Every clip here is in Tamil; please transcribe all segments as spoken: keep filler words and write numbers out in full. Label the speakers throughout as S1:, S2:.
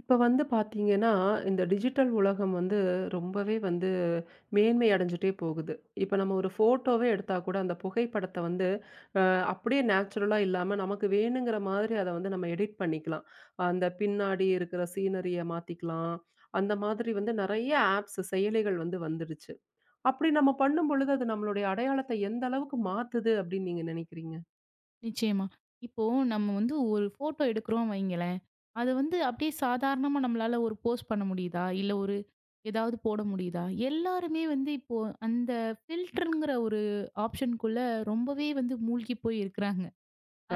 S1: இப்ப வந்து பார்த்தீங்கன்னா, இந்த டிஜிட்டல் உலகம் வந்து ரொம்பவே வந்து மேன்மை அடைஞ்சுட்டே போகுது. இப்ப நம்ம ஒரு ஃபோட்டோவே எடுத்தா கூட அந்த புகைப்படத்த வந்து அ அப்படியே நேச்சுரலா இல்லாம நமக்கு வேணுங்கிற மாதிரி அத வந்து நம்ம எடிட் பண்ணிக்கலாம். அந்த பின்னாடி இருக்கிற சீனரிய மாத்திக்கலாம். அந்த மாதிரி வந்து நெறைய ஆப்ஸ் செயலிகள் வந்து வந்துடுச்சு. அப்படி நம்ம பண்ணும் பொழுது அது நம்மளுடைய அடையாளத்த எந்த அளவுக்கு மாத்துது அப்படின்னு நீங்க நினைக்கிறீங்க?
S2: நிச்சயமா. இப்போ நம்ம வந்து ஒரு ஃபோட்டோ எடுக்குறோம் வைங்களேன். அது வந்து அப்படியே சாதாரணமா நம்மளால ஒரு போஸ்ட் பண்ண முடியுதா? இல்ல ஒரு ஏதாவது போட முடியுதா? எல்லாருமே வந்து இப்போ அந்த ஃபில்டர்ங்கிற ஒரு ஆப்ஷனுக்குள்ள ரொம்பவே வந்து மூழ்கி போய் இருக்கிறாங்க.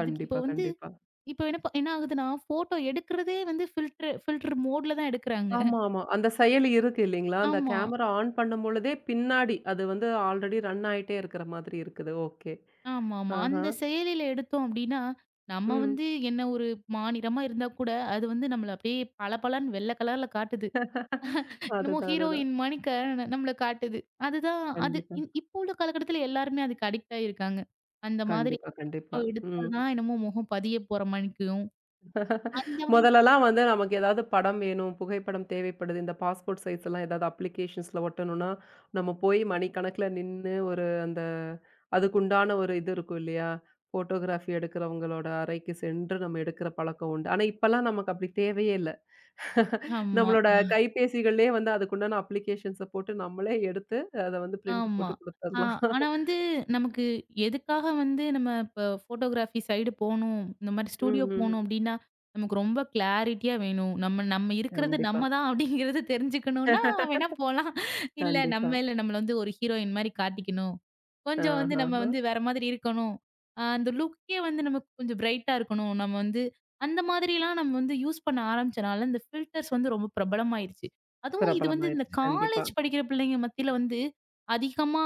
S2: அதுக்கு இப்போ வந்து
S1: கண்டிப்பா.
S2: இப்போ என்ன ப என்ன ஆகுதுன்னா, ஃபோட்டோ எடுக்கிறதே வந்து ஃபில்டர் ஃபில்டர் மோட்ல தான் எடுக்குறாங்க.
S1: ஆமா, ஆமா. அந்த செயலி இருக்கு இல்லைங்களா? அந்த
S2: ஆமா.
S1: கேமரா ஆன் பண்ணும் பொழுதே பின்னாடி அது வந்து ஆல்ரெடி ரன் ஆயிட்டே இருக்கிற மாதிரி இருக்குது. ஓகே.
S2: ஆமாமா.
S1: ஆஹா.
S2: அந்த செயலில எடுத்தோம் அப்படின்னா, நம்ம
S1: ம்.
S2: வந்து என்ன ஒரு மாநிறமா இருந்தா கூட, அது வந்து நம்மள அப்படியே பளபளன்னு வெள்ள கலர்ல காட்டுது. என்னமோ
S1: அதுதான், அதுதான்.
S2: ஹீரோயின் மாணிக்க ந நம்மள காட்டுது. அதுதான் அது
S1: கண்டிப்பா,
S2: இன் இப்போ உள்ள காலகட்டத்தில எல்லாருமே அதுக்கு அடிக்ட் ஆயிருக்காங்க. அந்த மாதிரி
S1: கண்டிப்பா, கண்டிப்பா.
S2: அப்ப எடுத்தா
S1: ம்.
S2: தான் என்னமோ முகம் பதிய போற மாணிக்கும். அந்த மாதிரி
S1: முதல்லலாம் வந்து நமக்கு ஏதாவது படம் வேணும், புகைப்படம் தேவைப்படுது. இந்த பாஸ்போர்ட் சைஸ் எல்லாம் ஏதாவது அப்ளிகேஷன்ஸ்ல ஒட்டணும்னா, நம்ம போய் மணிக்கணக்குல நின்னு ஒரு அந்த அதுக்குண்டான ஒரு இது இருக்கும் இல்லையா? ஃபோட்டோகிராஃபி எடுக்கிறவங்களோட அறைக்கு சென்று நம்ம எடுக்கிற பழக்கம் உண்டு. ஆனா இப்பலாம் நமக்கு அப்படி தேவையே இல்ல.
S2: ஆமா.
S1: நம்மளோட கைபேசிகள்லயே வந்து அதுக்குண்டான அப்ளிகேஷன்ஸ போட்டு நம்மளே எடுத்து, அத வந்து பிரிண்ட்
S2: ஆமா.
S1: போட்டு
S2: ஆ
S1: குடுத்துரலாம்.
S2: ஆனா வந்து நமக்கு எதுக்காக வந்து நம்ம இப்ப ஃபோட்டோகிராஃபி சைடு போணும், இந்த மாரி ஸ்டூடியோ
S1: ம், ம்.
S2: போணும் அப்டின்னா, நமக்கு ரொம்ப கிளாரிட்டியா வேணும். நம்ம நம்ம இருக்கிறது
S1: கண்டிப்பா.
S2: நம்ம தான் அப்படிங்கிறது தெரிஞ்சுக்கணும்னா வேணா போலாம். இல்ல நம்ம
S1: கண்டிப்பா.
S2: இல்ல நம்மள வந்து ஒரு ஹீரோயின் மாரி காட்டிக்கணும். கொஞ்சம் வந்து நம்ம
S1: ஆஹஹ.
S2: வந்து வேற மாதிரி இருக்கணும். அ அந்த லுக்கே வந்து நமக்கு கொஞ்சம் பிரைட்டா இருக்கணும். நம்ம வந்து அந்த மாதிரிலாம் நம்ம வந்து யூஸ் பண்ண ஆரம்பிச்சனால, இந்த ஃபில்டர்ஸ் வந்து ரொம்ப பிரபலமாயிருச்சு. அதுவும் இது வந்து இந்த
S1: பிரபலமாயிருச்சு. கண்டிப்பா,
S2: காலேஜ் படிக்கிற பிள்ளைங்க மத்தியில வந்து அதிகமா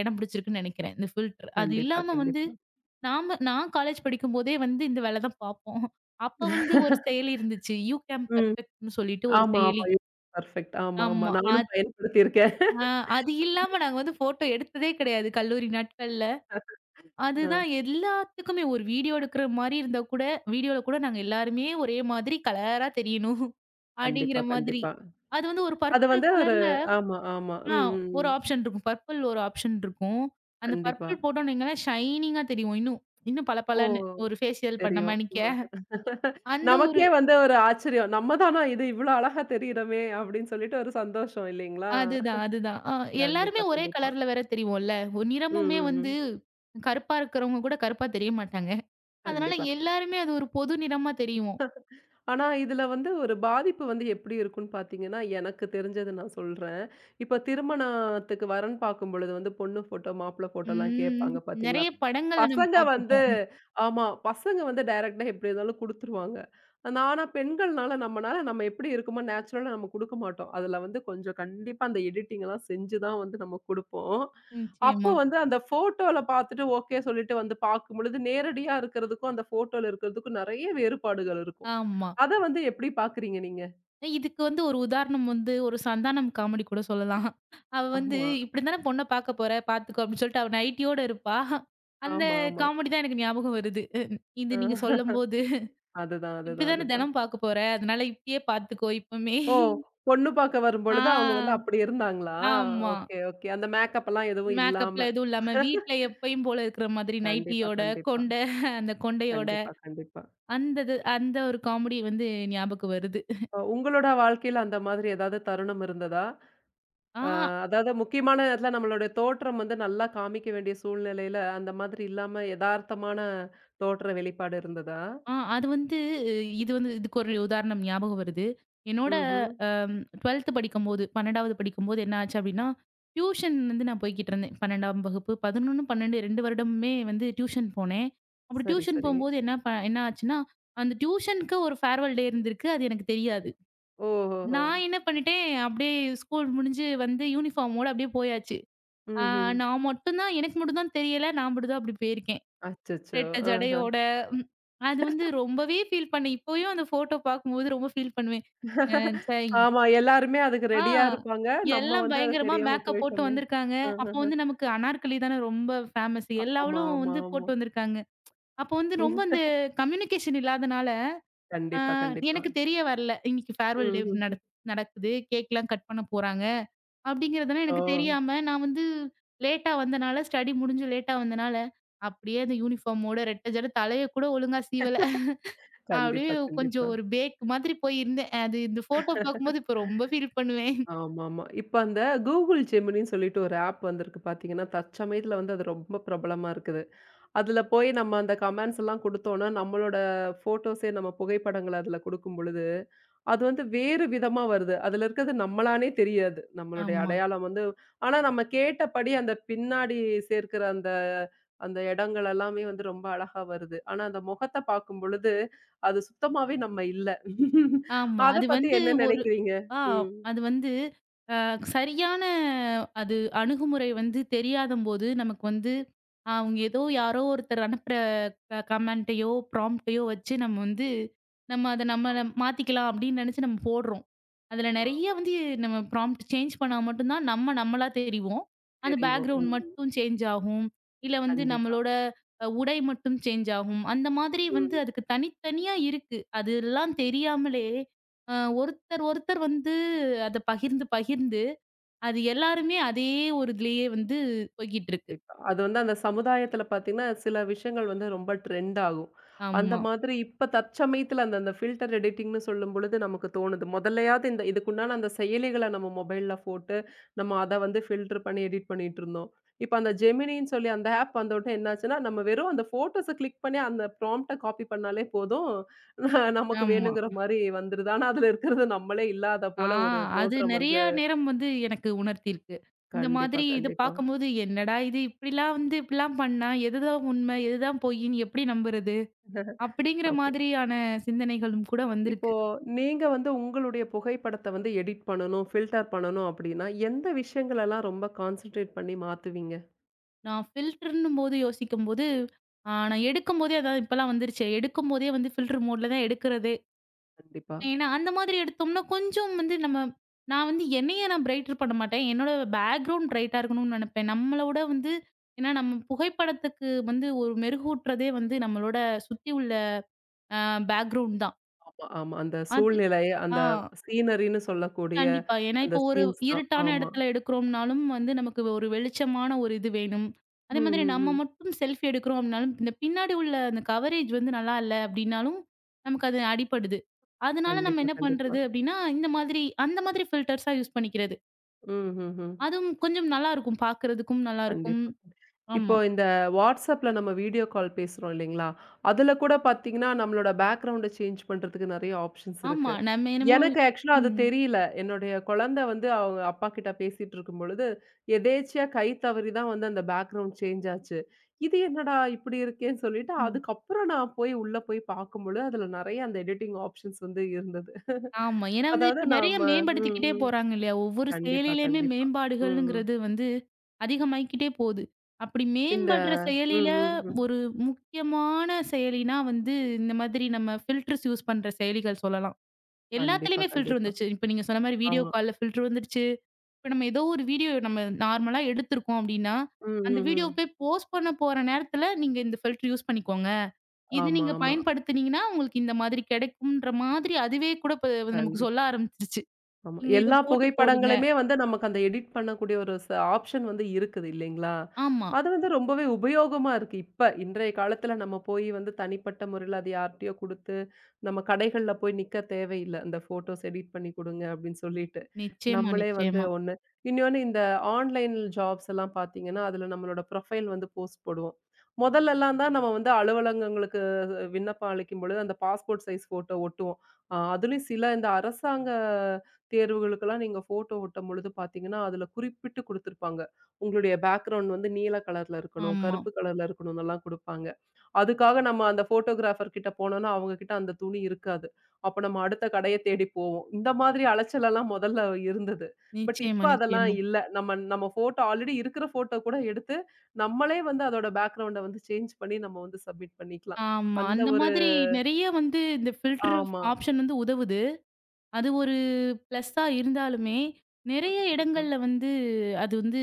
S2: இடம் பிடிச்சிருக்குன்னு நினைக்கிறேன். இந்த ஃபில்டர். அது
S1: கண்டிப்பா,
S2: இல்லாம வந்து
S1: கண்டிப்பா.
S2: நாம நான் காலேஜ் படிக்கும்போதே வந்து இந்த வேல தான் பார்ப்போம். அப்ப வந்து ஒரு செயலி இருந்துச்சு. YouCam
S1: ம்.
S2: Perfectன்னு சொல்லிட்டு ஒரு
S1: ஆமா,
S2: செயலி.
S1: ஆமா. பெர்ஃபெக்ட். ஆமா, ஆமா.
S2: ஆமா.
S1: நானும்
S2: அது
S1: பயன்படுத்தியிருக்கேன்.
S2: அ அது இல்லாம நாங்க வந்து ஃபோட்டோ எடுத்ததே கிடையாது கல்லூரி நாட்கள்ல. அதுதான்
S1: ஆ.
S2: எல்லாத்துக்குமே ஒரு வீடியோ எடுக்கிற மாரி இருந்தா கூட வீடியோல கூட நாங்க எல்லாருமே ஒரே மாதிரி கலரா தெரியணும்.
S1: கண்டிப்பா,
S2: அப்படிங்கிற மாதிரி.
S1: கண்டிப்பா.
S2: அது வந்து ஒரு
S1: அது வந்து
S2: பர்ப்பிள்
S1: ஒரு
S2: கலர்ல
S1: ஆமா, ஆமா.
S2: ஆ
S1: ம், ம்,
S2: ஒரு
S1: ம்.
S2: ஆப்ஷன் இருக்கும். பர்ப்பிள் ஒரு ஆப்ஷன் இருக்கும். அந்த
S1: கண்டிப்பா.
S2: பர்ப்பிள் போட்டோம்னு வைங்களேன், ஷைனிங்கா தெரியும் இன்னும். இன்னும்
S1: ஓ!
S2: பளபளன்னு. ஒரு ஃபேஷியல் பண்ண
S1: தெரியும்.
S2: மாணிக்கே.
S1: ஆ.
S2: அந்த ஒரு
S1: நமக்கே வந்து ஒரு ஆச்சரியம். நம்ம தானா இது இவ்ளோ அழகா தெரியிறோமே! அப்டின்னு சொல்லிட்டு ஒரு சந்தோஷம் இல்லைங்களா?
S2: அதுதான், அதுதான். அ எல்லாருமே
S1: கண்டிப்பா,
S2: ஒரே
S1: கண்டிப்பா.
S2: கலர்ல வேற தெரியும்ல. ஒரு
S1: ம்,
S2: நிறமுமே
S1: ம்,
S2: வந்து
S1: ம்.
S2: கருப்பா இருக்கிறவங்க கூட கருப்பா தெரிய மாட்டாங்க. அதனால
S1: கண்டிப்பா.
S2: எல்லாருமே அது ஒரு பொது நிறமா தெரியும்.
S1: ஆனா, இதுல வந்து ஒரு பாதிப்பு வந்து எப்படி இருக்கும்ன்னு பார்த்தீங்கன்னா, எனக்கு தெரிஞ்சத நான் சொல்றேன். இப்ப திருமணத்துக்கு வரன் பார்க்கும் பொழுது வந்து பொண்ணு ஃபோட்டோ, மாப்பிள ஃபோட்டோலாம்
S2: ம்.
S1: கேட்பாங்க பார்த்தீங்களா?
S2: நெறைய படங்கள்ல நம்ம
S1: பசங்க வந்து
S2: பார்த்துருப்போம்.
S1: ஆமா. பசங்க வந்து டைரக்ட்டா எப்படி இருந்தாலும் குடுத்துருவாங்க. ஆனா பெண்கள்னால நம்மனால நம்ம எப்படி இருக்கோமோ நேச்சுரலா நம்ம குடுக்க மாட்டோம். அதுல வந்து கொஞ்சம் கண்டிப்பா அந்த எடிட்டிங்லாம் செஞ்சு தான் வந்து நம்ம குடுப்போம். அப்போ
S2: நிச்சயமா.
S1: வந்து அந்த ஃபோட்டோல பார்த்துட்டு ஓகே சொல்லிட்டு வந்து பார்க்கும்பொழுது, நேரடியா இருக்கிறதுக்கும், அந்த ஃபோட்டோல இருக்கிறதுக்கும் நெறைய வேறுபாடுகள் இருக்கும்.
S2: ஆமா.
S1: அத வந்து எப்படி பாக்குறீங்க நீங்க?
S2: இதுக்கு வந்து ஒரு உதாரணம் வந்து ஒரு சந்தானம் காமெடி கூட சொல்லலாம். அவ வந்து,
S1: ஆமா,
S2: "இப்படிதானே பொண்ண பாக்க போற, பாத்துக்கோ," அப்படின்னு சொல்லிட்டு அவ நைட்டியோட இருப்பா. அந்த
S1: ஆமா, ஆமா.
S2: காமெடி தான் எனக்கு ஞாபகம் வருது. அ இது நீங்க
S1: அ
S2: சொல்லும்போது,
S1: அதுதான், அதுதான்,
S2: "இப்படிதானே
S1: அதுதான்.
S2: தினம் பாக்க போற, அதனால இப்படியே பாத்துக்கோ இப்பமே."
S1: ஓ! பொண்ணு பாக்க வரும்பொழுது அவங்க வந்து
S2: ஆ
S1: அப்படி இருந்தாங்களா?
S2: ஆமா.
S1: Okay, okay. அந்த மேக்கப் எல்லாம் எதுவும் இல்லாம.
S2: மேக்கப்லாம் எதுவும் இல்லாம வீட்ல எப்பயும் போல இருக்கிற மாதிரி
S1: கண்டிப்பா,
S2: நைட்டியோட,
S1: கண்டிப்பா.
S2: கொண்ட அந்த கொண்டையோட
S1: கண்டிப்பா, கண்டிப்பா.
S2: அந்த இது அந்த ஒரு காமெடி வந்து ஞாபகம் வருது.
S1: அ உங்களோட வாழ்க்கையில அந்த மாதிரி ஏதாவது தருணம் இருந்ததா?
S2: ஆ
S1: அ அதாவது முக்கியமான இடத்துல நம்மளுடைய தோற்றம் வந்து நல்லா காமிக்க வேண்டிய சூழ்நிலையில, அந்த மாதிரி இல்லாம எதார்த்தமான தோற்ற வெளிப்பாடு இருந்ததா?
S2: ஆ அது வந்து இது வந்து இதுக்கு ஒரு உதாரணம் ஞாபகம் வருது. என்னோட
S1: ம்ஹ்ம்.
S2: அம் 12த் படிக்கும்போது பன்னிரண்டாவது படிக்கும்போது என்ன ஆச்சு அப்டின்னா, டியூஷன் வந்து நான் போய்க்கிட்டு இருந்தேன். பன்னிரண்டாம் வகுப்பு பதினொன்று, பன்னிரண்டு ரெண்டு வருடமுமே வந்து டியூஷன் போனேன். அப்படி
S1: சரி,
S2: டியூஷன்
S1: சரி.
S2: போம்போது என்ன ப என்ன ஆச்சுன்னா, அந்த டியூஷனுக்கு ஒரு ஃபேர்வெல் டே இருந்திருக்கு. அது எனக்கு தெரியாது.
S1: ஓஹோஹோ!
S2: நான் என்ன பண்ணிட்டேன், அப்படியே ஸ்கூல் முடிஞ்சு வந்து யூனிஃபார்மோட அப்படியே போயாச்சு. ஆ
S1: ம்ஹ்ம்.
S2: நான் மட்டும் தான் எனக்கு மட்டும் தான் தெரியல. நான் மட்டும் தான் அப்படி போயிருக்கேன்.
S1: அச்சச்சோ!
S2: ரெட்டை
S1: ஆஹ.
S2: ஜடையோட, ம். அது வந்து ரொம்பவே ஃபீல் பண்ணேன். இப்பயும் அந்த ஃபோட்டோ பார்க்கும்போது ரொம்ப ஃபீல் பண்ணுவேன். அ சை
S1: ஆமா. எல்லாருமே அதுக்கு
S2: ஆ
S1: ரெடியா இருப்பாங்க. நம்ம
S2: எல்லாம்
S1: வந்து அது
S2: பயங்கரமா
S1: தெரியாம
S2: மேக்கப் போட்டு
S1: போயிட்டோமே.
S2: வந்திருக்காங்க. அப்போ
S1: ஆஹஹ.
S2: வந்து நமக்கு அனார்கலி தானே ரொம்ப ஃபேமஸ். எல்லா
S1: ஆமா,
S2: அவளும்
S1: ஆமா,
S2: வந்து
S1: ஆமா.
S2: போட்டு வந்திருக்காங்க. அப்போ வந்து ரொம்ப அந்த கம்யூனிகேஷன் இல்லாதனால, அ
S1: கண்டிப்பா, கண்டிப்பா.
S2: எனக்கு தெரிய வரல. இன்னைக்கு ஃபேர்வெல்
S1: ம்,
S2: டே
S1: ம், ம்.
S2: நடக் நடக்குது. கேக்லாம் கட் பண்ண போறாங்க. அப்படிங்கிறதெல்லாம்
S1: ஓ!
S2: எனக்கு தெரியாம, நான் வந்து லேட்டா வந்தனால, ஸ்டடி முடிஞ்சு லேட்டா வந்தனால, அப்படியே அந்த யூனிஃபார்மோட ரெட்ட ஜட தலைய கூட ஒழுங்கா சீவல. அப்படியே
S1: கண்டிப்பா, கண்டிப்பா.
S2: கொஞ்சம் ஒரு பேக் மாதிரி போயிருந்தேன். அது இந்த ஃபோட்டோ பார்க்கும்போது இப்ப ரொம்ப ஃபீல் பண்ணுவேன்.
S1: ஆமாமா. இப்ப அந்த Google Geminiன்னு சொல்லிட்டு ஒரு ஆப் வந்திருக்கு பார்த்தீங்கன்னா, தற்சமயத்துல வந்து அது ரொம்ப பிரபலமா இருக்குது. அதுல போய் நம்ம அந்த கமெண்ட்ஸ் எல்லாம் குடுத்தோம்னா, நம்மளோட ஃபோட்டோஸே நம்ம புகைப்படங்கள அதுல குடுக்கும் பொழுது அது வந்து வேறு விதமா வருது. அதுல இருக்கிறது நம்மளான்னே தெரியாது. நம்மளுடைய
S2: ஆமா.
S1: அடையாளம் வந்து ஆனா நம்ம கேட்டபடி அந்த பின்னாடி சேர்க்கிற அந்த அந்த இடங்கள் எல்லாமே வந்து ரொம்ப அழகா வருது. ஆனா அந்த முகத்த பார்க்கும் பொழுது, அது சுத்தமாவே நம்ம இல்ல.
S2: ஆமா.
S1: அத
S2: அது
S1: பத்தி
S2: வந்து
S1: என்ன
S2: ஒரு
S1: நினைக்கிறீங்க?
S2: ஆ
S1: ம்.
S2: அது வந்து அ சரியான அது அணுகுமுறை வந்து தெரியாதம்போது, நமக்கு வந்து அ அவங்க ஏதோ யாரோ ஒருத்தர் அனுப்புற க கமெண்ட்டையோ, ப்ராம்ப்ட்டையோ வச்சு நம்ம வந்து நம்ம அத நம்ம
S1: ஆமா,
S2: நம்ம மாத்திக்கலாம் அப்படின்னு நெனச்சு நம்ம போடுறோம். அதுல
S1: ஆமா.
S2: நெறைய
S1: ஆமா.
S2: வந்து நம்ம ப்ராம்ப்ட் சேஞ்ச் பண்ணா மட்டும் தான் நம்ம நம்மளா தெரிவோம். அந்த
S1: தெரியும்.
S2: பேக்கிரவுண்ட்
S1: ம்.
S2: மட்டும் சேஞ்ச் ஆகும். இல்ல வந்து
S1: கண்டிப்பா.
S2: நம்மளோட அ உடை மட்டும் சேஞ்ச் ஆகும். அந்த மாதிரி வந்து
S1: ம்.
S2: அதுக்கு தனித்தனியா இருக்கு. அதெல்லாம் தெரியாமலே, அ ஒருத்தர், ஒருத்தர் வந்து அத பகிர்ந்து, பகிர்ந்து அது எல்லாருமே அதே ஒரு இதுலயே வந்து போய்க்கிட்டுருக்கு.
S1: கண்டிப்பா. அது வந்து அந்த சமுதாயத்துல பார்த்தீங்கன்னா, சில விஷயங்கள் வந்து ரொம்ப ட்ரெண்ட் ஆகும். அந்த
S2: ஆமா,
S1: மாதிரி இப்ப தற்சமயத்துல அந்த அந்த ஃபில்டர் எடிட்டிங்ன்னு சொல்லும்பொழுது நமக்கு தோணுது. முதல்லயாவது இந்த இதுக்குண்டான அந்த செயலிகள நம்ம மொபைல்ல போட்டு, நம்ம அத வந்து ஃபில்டர் பண்ணி எடிட் பண்ணிட்டுருந்தோம். இப்ப அந்த ஜெமினின்னு சொல்லி அந்த ஆப் வந்தவுடனே என்னாச்சுன்னா, நம்ம வெறும் அந்த ஃபோட்டோஸ கிளிக் பண்ணி அந்த ப்ராம்ப்ட்ட காப்பி பண்ணாலே போதும். ந- நமக்கு
S2: ஆமா.
S1: வேணுங்கிற மாரி வந்துருது. ஆனா, அதுல இருக்கிறது நம்மளே இல்லாத
S2: ஆ
S1: போல ஒரு
S2: அது
S1: தோற்றம்
S2: நெறைய
S1: வந்து
S2: நேரம் வந்து எனக்கு உணர்த்தியிருக்கு. இந்த
S1: கண்டிப்பா,
S2: மாதிரி இத
S1: கண்டிப்பா.
S2: பார்க்கும்போது, "என்னடா இது! இப்படிலாம் வந்து இப்படிலாம் பண்ணா, எதுதான் உண்மை, எதுதான் பொய்ன்னு எப்படி நம்புறது?" அப்படிங்கிற
S1: ஓகே.
S2: மாதிரியான சிந்தனைகளும் கூட
S1: இப்போ
S2: வந்திருக்கு.
S1: நீங்க வந்து உங்களுடைய புகைப்படத்த வந்து எடிட் பண்ணணும், ஃபில்டர் பண்ணணும் அப்டின்னா, எந்த விஷயங்களெல்லாம் ரொம்ப கான்சன்ட்ரேட் பண்ணி மாத்துவீங்க?
S2: நான் ஃபில்டர்ன்னும்போது யோசிக்கும்போது, ஆ நான் எடுக்கும்போதே அதான் இப்பலாம் வந்துருச்சே, எடுக்கும்போதே வந்து ஃபில்டர் மோட்ல தான் எடுக்கிறதே.
S1: கண்டிப்பா.
S2: ஏன்னா, அந்த மாதிரி எடுத்தோம்னா, கொஞ்சம் வந்து நம்ம நான் வந்து என்னைய நான் பிரைட்டர் பண்ண மாட்டேன். என்னோட பேக்கிரவுண்ட் பிரைட்டா இருக்கணும்னு நெனப்பேன். நம்மளோட வந்து ஏன்னா நம்ம புகைப்படத்துக்கு வந்து ஒரு மெருகூட்டுறதே வந்து நம்மளோட சுத்தி உள்ள அ பேக்கிரவுண்ட் தான்.
S1: ஆமா, ஆமா. அந்த
S2: அது
S1: சூழ்நிலை, அந்த
S2: ஆ.
S1: சீனரின்னு சொல்லக்கூடிய
S2: கண்டிப்பா. ஏன்னா
S1: அந்த
S2: இப்போ ஒரு
S1: சீன்ஸ் தான்.
S2: இருட்டான
S1: ஆமா.
S2: இடத்துல எடுக்கிறோம்னாலும் வந்து நமக்கு ஒரு வெளிச்சமான ஒரு இது வேணும்.
S1: ம்,
S2: அதே மாதிரி
S1: ம்,
S2: நம்ம
S1: ம்.
S2: மட்டும் செல்ஃபி எடுக்கிறோம் அப்டினாலும், இந்த பின்னாடி உள்ள அந்த கவரேஜ் வந்து நல்லா இல்ல அப்டின்னாலும், நமக்கு அது அடிபடுது. அதனால நம்ம
S1: கண்டிப்பா,
S2: என்ன
S1: கண்டிப்பா.
S2: பண்றது அப்டின்னா, இந்த மாதிரி அந்த மாதிரி ஃபில்டர்ஸா யூஸ் பண்ணிக்கிறது.
S1: ம், ம், ம்.
S2: அதுவும் கொஞ்சம் நல்லாருக்கும். பார்க்கறதுக்கும் நல்லாருக்கும்.
S1: கண்டிப்பா. இப்போ
S2: ஆமா,
S1: இந்த WhatsAppல நம்ம வீடியோ கால் பேசுறோம் இல்லைங்களா? அதுல கூட பாத்தீங்கன்னா, நம்மளோட பேக்கிரவுண்ட சேஞ்ச் பண்றதுக்கு நெறைய ஆப்ஷன்ஸ்
S2: ஆமா.
S1: இருக்கு.
S2: நம்ம என்னமோ
S1: எனக்கு ஆக்சுவலா அது தெரியல. என்னுடைய குழந்தை வந்து அவங்க அப்பா கிட்ட பேசிட்டு இருக்கும்பொழுது, எதேர்ச்சியா கை தவறி தான் வந்து அந்த பேக்கிரவுண்ட் சேஞ்ச் ஆச்சு. இது என்னடா இப்படி இருக்கேன்னு சொல்லிட்டு,
S2: ம்.
S1: அதுக்கப்புறம் நான் போய் உள்ள போய் பார்க்கும்பொழுது, அதுல நெறைய அந்த எடிட்டிங் ஆப்ஷன்ஸ் வந்து இருந்தது.
S2: ஆமா. ஏன்னா வந்து
S1: அதாவது
S2: இப்ப நெறைய
S1: நாம ம்,
S2: மேம்படுத்திக்கிட்டே
S1: ம்.
S2: போறாங்க இல்லையா? ஒவ்வொரு
S1: கண்டிப்பா,
S2: செயலிலயுமே
S1: கண்டிப்பா. ம், ம்.
S2: மேம்பாடுகள்ங்கிறது வந்து அதிகமாயிக்கிட்டே போது. அப்படி
S1: இந்த
S2: மேம்படுற
S1: ம்,
S2: செயலில
S1: ம், ம்.
S2: ஒரு முக்கியமான செயலினா வந்து இந்த மாதிரி நம்ம ஃபில்டர்ஸ் யூஸ் பண்ற செயலிகள் சொல்லலாம்.
S1: கண்டிப்பா,
S2: எல்லாத்துலயுமே ஃபில்டர்
S1: கண்டிப்பா.
S2: வந்துருச்சு. இப்ப நீங்க சொன்ன மாரி வீடியோ
S1: ஆமா.
S2: கால்ல ஃபில்டர் வந்துருச்சு. இப்ப நம்ம ஏதோ ஒரு வீடியோ நம்ம நார்மலா எடுத்திருக்கோம் அப்படின்னா,
S1: ம்,
S2: அந்த
S1: ம்,
S2: வீடியோ
S1: ம்.
S2: போய் போஸ்ட் பண்ண போற நேரத்துல நீங்க இந்த ஃபில்டர் யூஸ் பண்ணிக்கோங்க. இது
S1: ஆமா,
S2: நீங்க
S1: ஆமா.
S2: பயன்படுத்துனீங்கன்னா, உங்களுக்கு இந்த மாதிரி கிடைக்கும்ன்ற மாதிரி அதுவே கூட இப்ப நமக்கு
S1: கண்டிப்பா.
S2: சொல்ல ஆரம்பிச்சிருச்சு.
S1: ஆமா.
S2: நீங்க இத
S1: எல்லா
S2: போட்டு போடுங்க.
S1: புகைப்படங்களுமே வந்து நமக்கு அந்த எடிட் பண்ணக்கூடிய ஒரு ச ஆப்ஷன் வந்து இருக்குது இல்லைங்களா?
S2: ஆமா.
S1: அது வந்து ரொம்பவே உபயோகமா இருக்கு. இப்ப இன்றைய காலத்துல நம்ம போய் வந்து தனிப்பட்ட முறையில அது யார்ட்டயோ குடுத்து, நம்ம கடைகள்ல போய் நிக்க தேவையில்ல. இந்த ஃபோட்டோஸ் எடிட் பண்ணி குடுங்க அப்படின்னு சொல்லிட்டு.
S2: நிச்சயமா,
S1: நம்மளே வந்து
S2: நிச்சயமா.
S1: ஒண்ணு இன்னொன்னு இந்த ஆன்லைன் ஜாப்ஸ் எல்லாம் பார்த்தீங்கன்னா, அதுல நம்மளோட ப்ரொஃபைல் வந்து போஸ்ட் போடுவோம். மொதல்லலாம் தான் நம்ம வந்து அலுவலகங்களுக்கு விண்ணப்பம் அளிக்கும்பொழுது அந்த பாஸ்போர்ட் சைஸ் ஃபோட்டோ ஒட்டுவோம். அ அதுலயும் சில இந்த அரசாங்க தேர்வுகளுக்கெல்லாம் நீங்க ஃபோட்டோ ஒட்டும் பொழுது பார்த்தீங்கன்னா, அதுல குறிப்பிட்டு குடுத்திருப்பாங்க. உங்களுடைய பேக்கிரவுண்ட் வந்து நீல கலர்ல இருக்கணும்,
S2: ஆமா.
S1: கருப்பு கலர்ல இருக்கணும்னெல்லாம் குடுப்பாங்க. அதுக்காக நம்ம அந்த ஃபோட்டோகிராஃபர் கிட்ட போனோம்னா, அவங்க கிட்ட அந்த துணி இருக்காது. அப்ப நம்ம அடுத்த கடைய தேடி போவோம். இந்த மாதிரி அலைச்சலெல்லாம் முதல்ல இருந்தது. பட் இப்ப
S2: நிச்சயமா,
S1: அதெல்லாம்
S2: நிச்சயமா.
S1: இல்ல. நம்ம நம்ம ஃபோட்டோ ஆல்ரெடி இருக்கிற ஃபோட்டோ கூட எடுத்து, நம்மளே வந்து அதோட பேக்கிரவுண்ட வந்து சேஞ்ச் பண்ணி நம்ம வந்து சப்மிட் பண்ணிக்கலாம்.
S2: ஆமா.
S1: அந்த
S2: அந்த
S1: ஒரு
S2: மாதிரி நெறைய வந்து இந்த ஃபில்டர்
S1: ஆமா.
S2: ஆப்ஷன் வந்து உதவுது. அது ஒரு பிளஸ்ஸா இருந்தாலுமே,
S1: ம்.
S2: நெறைய
S1: ம், ம்.
S2: இடங்கள்ல வந்து அது வந்து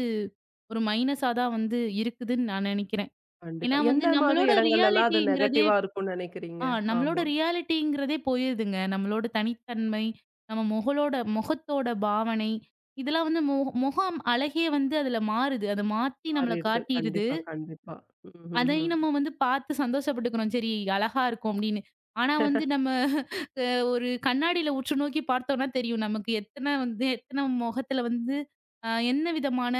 S2: ஒரு மைனஸா தான் வந்து இருக்குதுன்னு நான் நெனைக்கிறேன்.
S1: கண்டிப்பா.
S2: ஏன்னா வந்து
S1: எந்த மாதிரி
S2: நம்மளோட
S1: இடங்கள்லலாம் அது
S2: ரியாலிட்டிங்கிறதே
S1: நெகட்டிவா இருக்கும்னு நினைக்கிறீங்க?
S2: ஆ நம்மளோட
S1: ஆமா.
S2: ரியாலிட்டிங்கிறதே போயிருதுங்க. நம்மளோட தனித்தன்மை, நம்ம முகலோட முகத்தோட பாவனை, இதெல்லாம் வந்து மொ முகம் அழகே வந்து அதுல மாறுது. அத மாத்தி நம்மள
S1: மாறிடுது.
S2: காட்டிருது.
S1: கண்டிப்பா, கண்டிப்பா.
S2: அதையும்
S1: ம்ஹ்ஹ்ம்.
S2: நம்ம வந்து பார்த்து சந்தோஷப்பட்டுக்கிறோம். சரி, அழகா இருக்கும் அப்படின்னு. ஆனா வந்து நம்ம அ ஒரு கண்ணாடியில உற்று நோக்கி பார்த்தோம்னா தெரியும். நமக்கு எத்தன வந்து எத்தன முகத்துல வந்து அ என்ன விதமான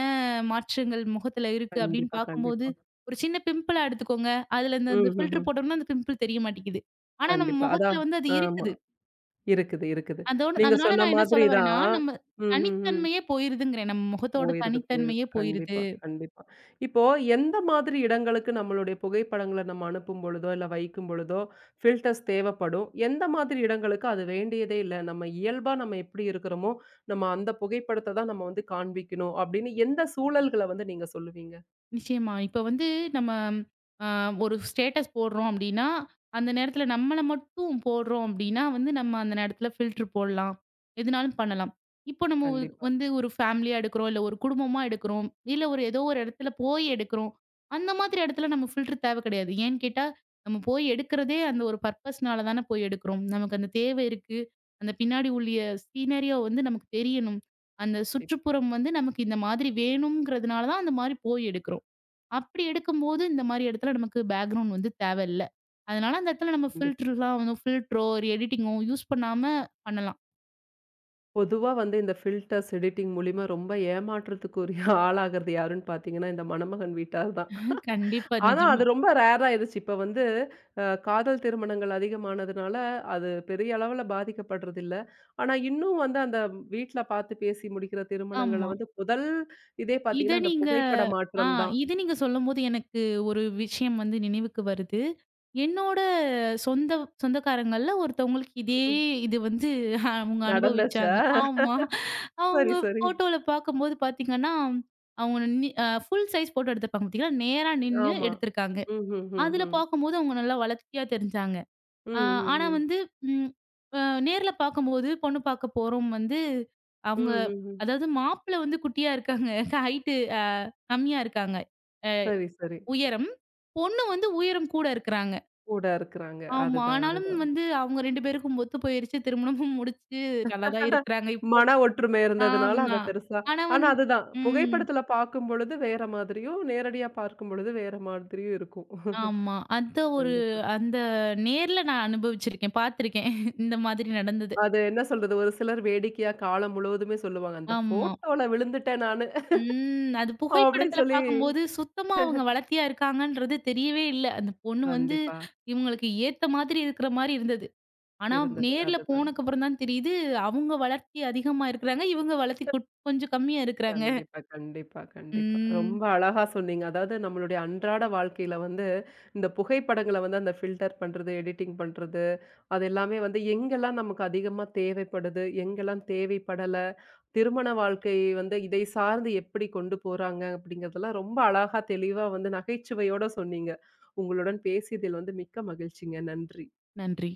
S2: மாற்றங்கள் முகத்துல இருக்கு அப்படின்னு
S1: கண்டிப்பா,
S2: பார்க்கும்போது,
S1: கண்டிப்பா.
S2: ஒரு சின்ன பிம்பிளா எடுத்துக்கோங்க. அதுல இந்த இந்த
S1: ம்ஹ்ஹ்ம்.
S2: ஃபில்டர் போட்டோம்னா அந்த பிம்பிள் தெரிய மாட்டேங்குது. ஆனா நம்ம
S1: கண்டிப்பா. அதான்.
S2: முகத்துல வந்து அது
S1: ஆமா.
S2: இருக்குது.
S1: இருக்குது, இருக்குது.
S2: அதோட
S1: நீங்க
S2: அதனால
S1: சொன்ன
S2: நான் என்ன
S1: மாதிரி
S2: சொல்ல வரேன்னா,
S1: தான்.
S2: நம்ம
S1: ம்ஹ்ஹ்ம்.
S2: தனித்தன்மையே போயிருதுங்கிறேன். நம்ம முகத்தோட
S1: போயிருது, போயிருது.
S2: தனித்தன்மையே போயிருது.
S1: கண்டிப்பா, கண்டிப்பா. இப்போ எந்த மாதிரி இடங்களுக்கு நம்மளுடைய புகைப்படங்கள நம்ம அனுப்பும் பொழுதோ, இல்ல வைக்கும் பொழுதோ, ஃபில்டர்ஸ் தேவைப்படும். எந்த மாதிரி இடங்களுக்கு அது வேண்டியதே இல்ல. நம்ம இயல்பா நம்ம எப்படி இருக்கிறோமோ, நம்ம அந்த புகைப்படத்த தான் நம்ம வந்து காண்பிக்கணும் அப்படின்னு எந்த சூழல்கள வந்து நீங்க சொல்லுவீங்க?
S2: நிச்சயமா. இப்ப வந்து நம்ம அ ஒரு ஸ்டேட்டஸ் போடுறோம் அப்டின்னா, அந்த நேரத்துல நம்மள மட்டும் போடுறோம் அப்டின்னா வந்து நம்ம அந்த நேரத்துல ஃபில்டர் போடலாம். எதுனாலும் பண்ணலாம். இப்போ நம்ம வ
S1: கண்டிப்பா,
S2: வந்து ஒரு ஃபேமிலியா எடுக்கிறோம், இல்ல ஒரு குடும்பமா எடுக்கிறோம், இல்ல ஒரு ஏதோ ஒரு இடத்துல போய் எடுக்கிறோம். அந்த மாதிரி இடத்துல நம்ம ஃபில்டர் தேவ கிடையாது. ஏன்னு கேட்டா, நம்ம போய் எடுக்கிறதே அந்த ஒரு பர்ப்பஸ்னால தானே போய் எடுக்கிறோம். நமக்கு அந்த தேவை இருக்கு. அந்த பின்னாடி உள்ளிய சீனரியோ வந்து நமக்கு தெரியணும். அந்த
S1: கண்டிப்பா,
S2: சுற்றுப்புறம் வந்து நமக்கு இந்த மாதிரி வேணும்ங்கிறதுனால தான் அந்த மாரி போய் எடுக்கிறோம். அப்படி எடுக்கும்போது இந்த மாரி இடத்துல நமக்கு பேக்கிரவுண்ட் வந்து தேவையில்ல. அதனால அந்த இடத்துல நம்ம
S1: கண்டிப்பா.
S2: ஃபில்டர்லாம் வந்து ஃபில்டரோ, ஒரு எடிட்டிங்கோ யூஸ் பண்ணாம பண்ணலாம்.
S1: பொதுவா வந்து இந்த ஃபில்டர்ஸ், எடிட்டிங் மூலியமா ரொம்ப ஏமாற்றத்துக்குரிய ஆளாகுறது யாருன்னு பார்த்தீங்கன்னா, இந்த மணமகன் வீட்டார் தான்.
S2: கண்டிப்பா,
S1: ஆனா, அது
S2: நிஜமா.
S1: ரொம்ப ரேர் ஆயிடுச்சு. இப்ப வந்து அ காதல் திருமணங்கள் அதிகமானதுனால, அது பெரிய அளவுல பாதிக்கப்படுறதில்ல. ஆனா, இன்னும் வந்து அந்த வீட்ல பாத்து பேசி முடிக்கிற திருமணங்கள
S2: ஆமா.
S1: வந்து முதல் இதே
S2: இத
S1: பாத்தீங்கன்னா, அந்த
S2: நீங்க
S1: புகைப்பட
S2: ஆ
S1: மாற்றம் தான்.
S2: இது நீங்க சொல்லும்போது எனக்கு ஒரு விஷயம் வந்து நினைவுக்கு வருது. என்னோட சொந்த சொந்தக்காரங்கள்ல ஒருத்தவங்களுக்கு இதே
S1: ம்.
S2: இது வந்து அவங்க
S1: நடந்துச்சா?
S2: அனுபவிச்சாங்க. ஆமா. அவங்க
S1: சரி, சரி.
S2: ஃபோட்டோல பார்க்கும்போது பார்த்தீங்கன்னா, அவங்க நி அ ஃபுல் சைஸ் ஃபோட்டோ எடுத்திருப்பாங்க பார்த்தீங்களா? நேரா நின்னு
S1: ஆமா.
S2: எடுத்திருக்காங்க. அதுல
S1: ம்ஹ்ஹ்ஹ்ம்.
S2: பார்க்கும்போது அவங்க நல்லா வளர்த்தியா தெரிஞ்சாங்க.
S1: ம்,
S2: அ
S1: ம், ம். ம்,
S2: ஆனா
S1: ம், ம்.
S2: வந்து ம் அ நேர்ல பார்க்கும்போது, பொண்ணு பார்க்க போறோம் வந்து அவங்க
S1: ம் ம் ம்.
S2: அதாவது மாப்பிள வந்து குட்டியா இருக்காங்க. ஹைட்டு அ கம்மியா இருக்காங்க.
S1: சரி, சரி.
S2: உயரம். பொண்ணு வந்து உயரம் கூட இருக்கிறாங்க.
S1: கூட இருக்குறாங்க.
S2: ஆமா.
S1: அதுதான்,
S2: ஆனாலும்
S1: அதுதான்.
S2: வந்து அவங்க ரெண்டு பேருக்கும் ஒத்து போயிருச்சு. திருமணமும் முடிச்சு நல்லா தான் இருக்கிறாங்க இப்போ.
S1: மன ஒற்றுமை இருந்ததுனால அத
S2: ஆமா.
S1: பெருசா
S2: ஆனா
S1: ஆனா
S2: வந்து
S1: அதுதான்.
S2: ம்.
S1: புகைப்படத்துல பார்க்கும்பொழுது வேற மாதிரியும், நேரடியா பார்க்கும்பொழுது வேற மாதிரியும் இருக்கும்.
S2: ஆமா. அந்த ஒரு
S1: கண்டிப்பா.
S2: அந்த நேர்ல நான் அனுபவிச்சிருக்கேன். பார்த்துருக்கேன். இந்த மாதிரி நடந்தது.
S1: அது என்ன சொல்றது? ஒரு சிலர் வேடிக்கையா காலம் முழுவதுமே சொல்லுவாங்க. "அந்த
S2: ஆமா.
S1: ஃபோட்டோல விழுந்துட்டேன் நானு"
S2: ம். அது
S1: அப்டின்னு
S2: புகைப்படத்துல
S1: சொல்லி
S2: பார்க்கும்போது சுத்தமா அவங்க வளத்தியா இருக்காங்கன்றது தெரியவே இல்ல. அந்த பொண்ணு வந்து
S1: கண்டிப்பா.
S2: இவங்களுக்கு ஏத்த மாதிரி இருக்கிற மாரி இருந்தது. ஆனா
S1: இருந்தது.
S2: நேர்ல
S1: அதுதான்.
S2: போனக்கப்புறம் தான் தெரியுது, அவங்க வளர்த்தி அதிகமா இருக்கிறாங்க. இவங்க வளர்த்தி கொட் கொஞ்சம் கம்மியா இருக்கிறாங்க.
S1: கண்டிப்பா, கண்டிப்பா, கண்டிப்பா.
S2: ம்.
S1: ரொம்ப அழகா சொன்னீங்க. அதாவது நம்மளுடைய அன்றாட வாழ்க்கையில வந்து, இந்த புகைப்படங்கள வந்து அந்த ஃபில்டர் பண்றது, எடிட்டிங் பண்றது, அது எல்லாமே வந்து எங்கெல்லாம் நமக்கு அதிகமா தேவைப்படுது, எங்கெல்லாம் தேவைப்படல, திருமண வாழ்க்கை வந்து இதை சார்ந்து எப்படி கொண்டு போறாங்க அப்படிங்கிறதெல்லாம் ரொம்ப அழகா தெளிவா வந்து நகைச்சுவையோட சொன்னீங்க. உங்களுடன் பேசியதில் வந்து மிக்க மகிழ்ச்சிங்க. நன்றி.
S2: நன்றி.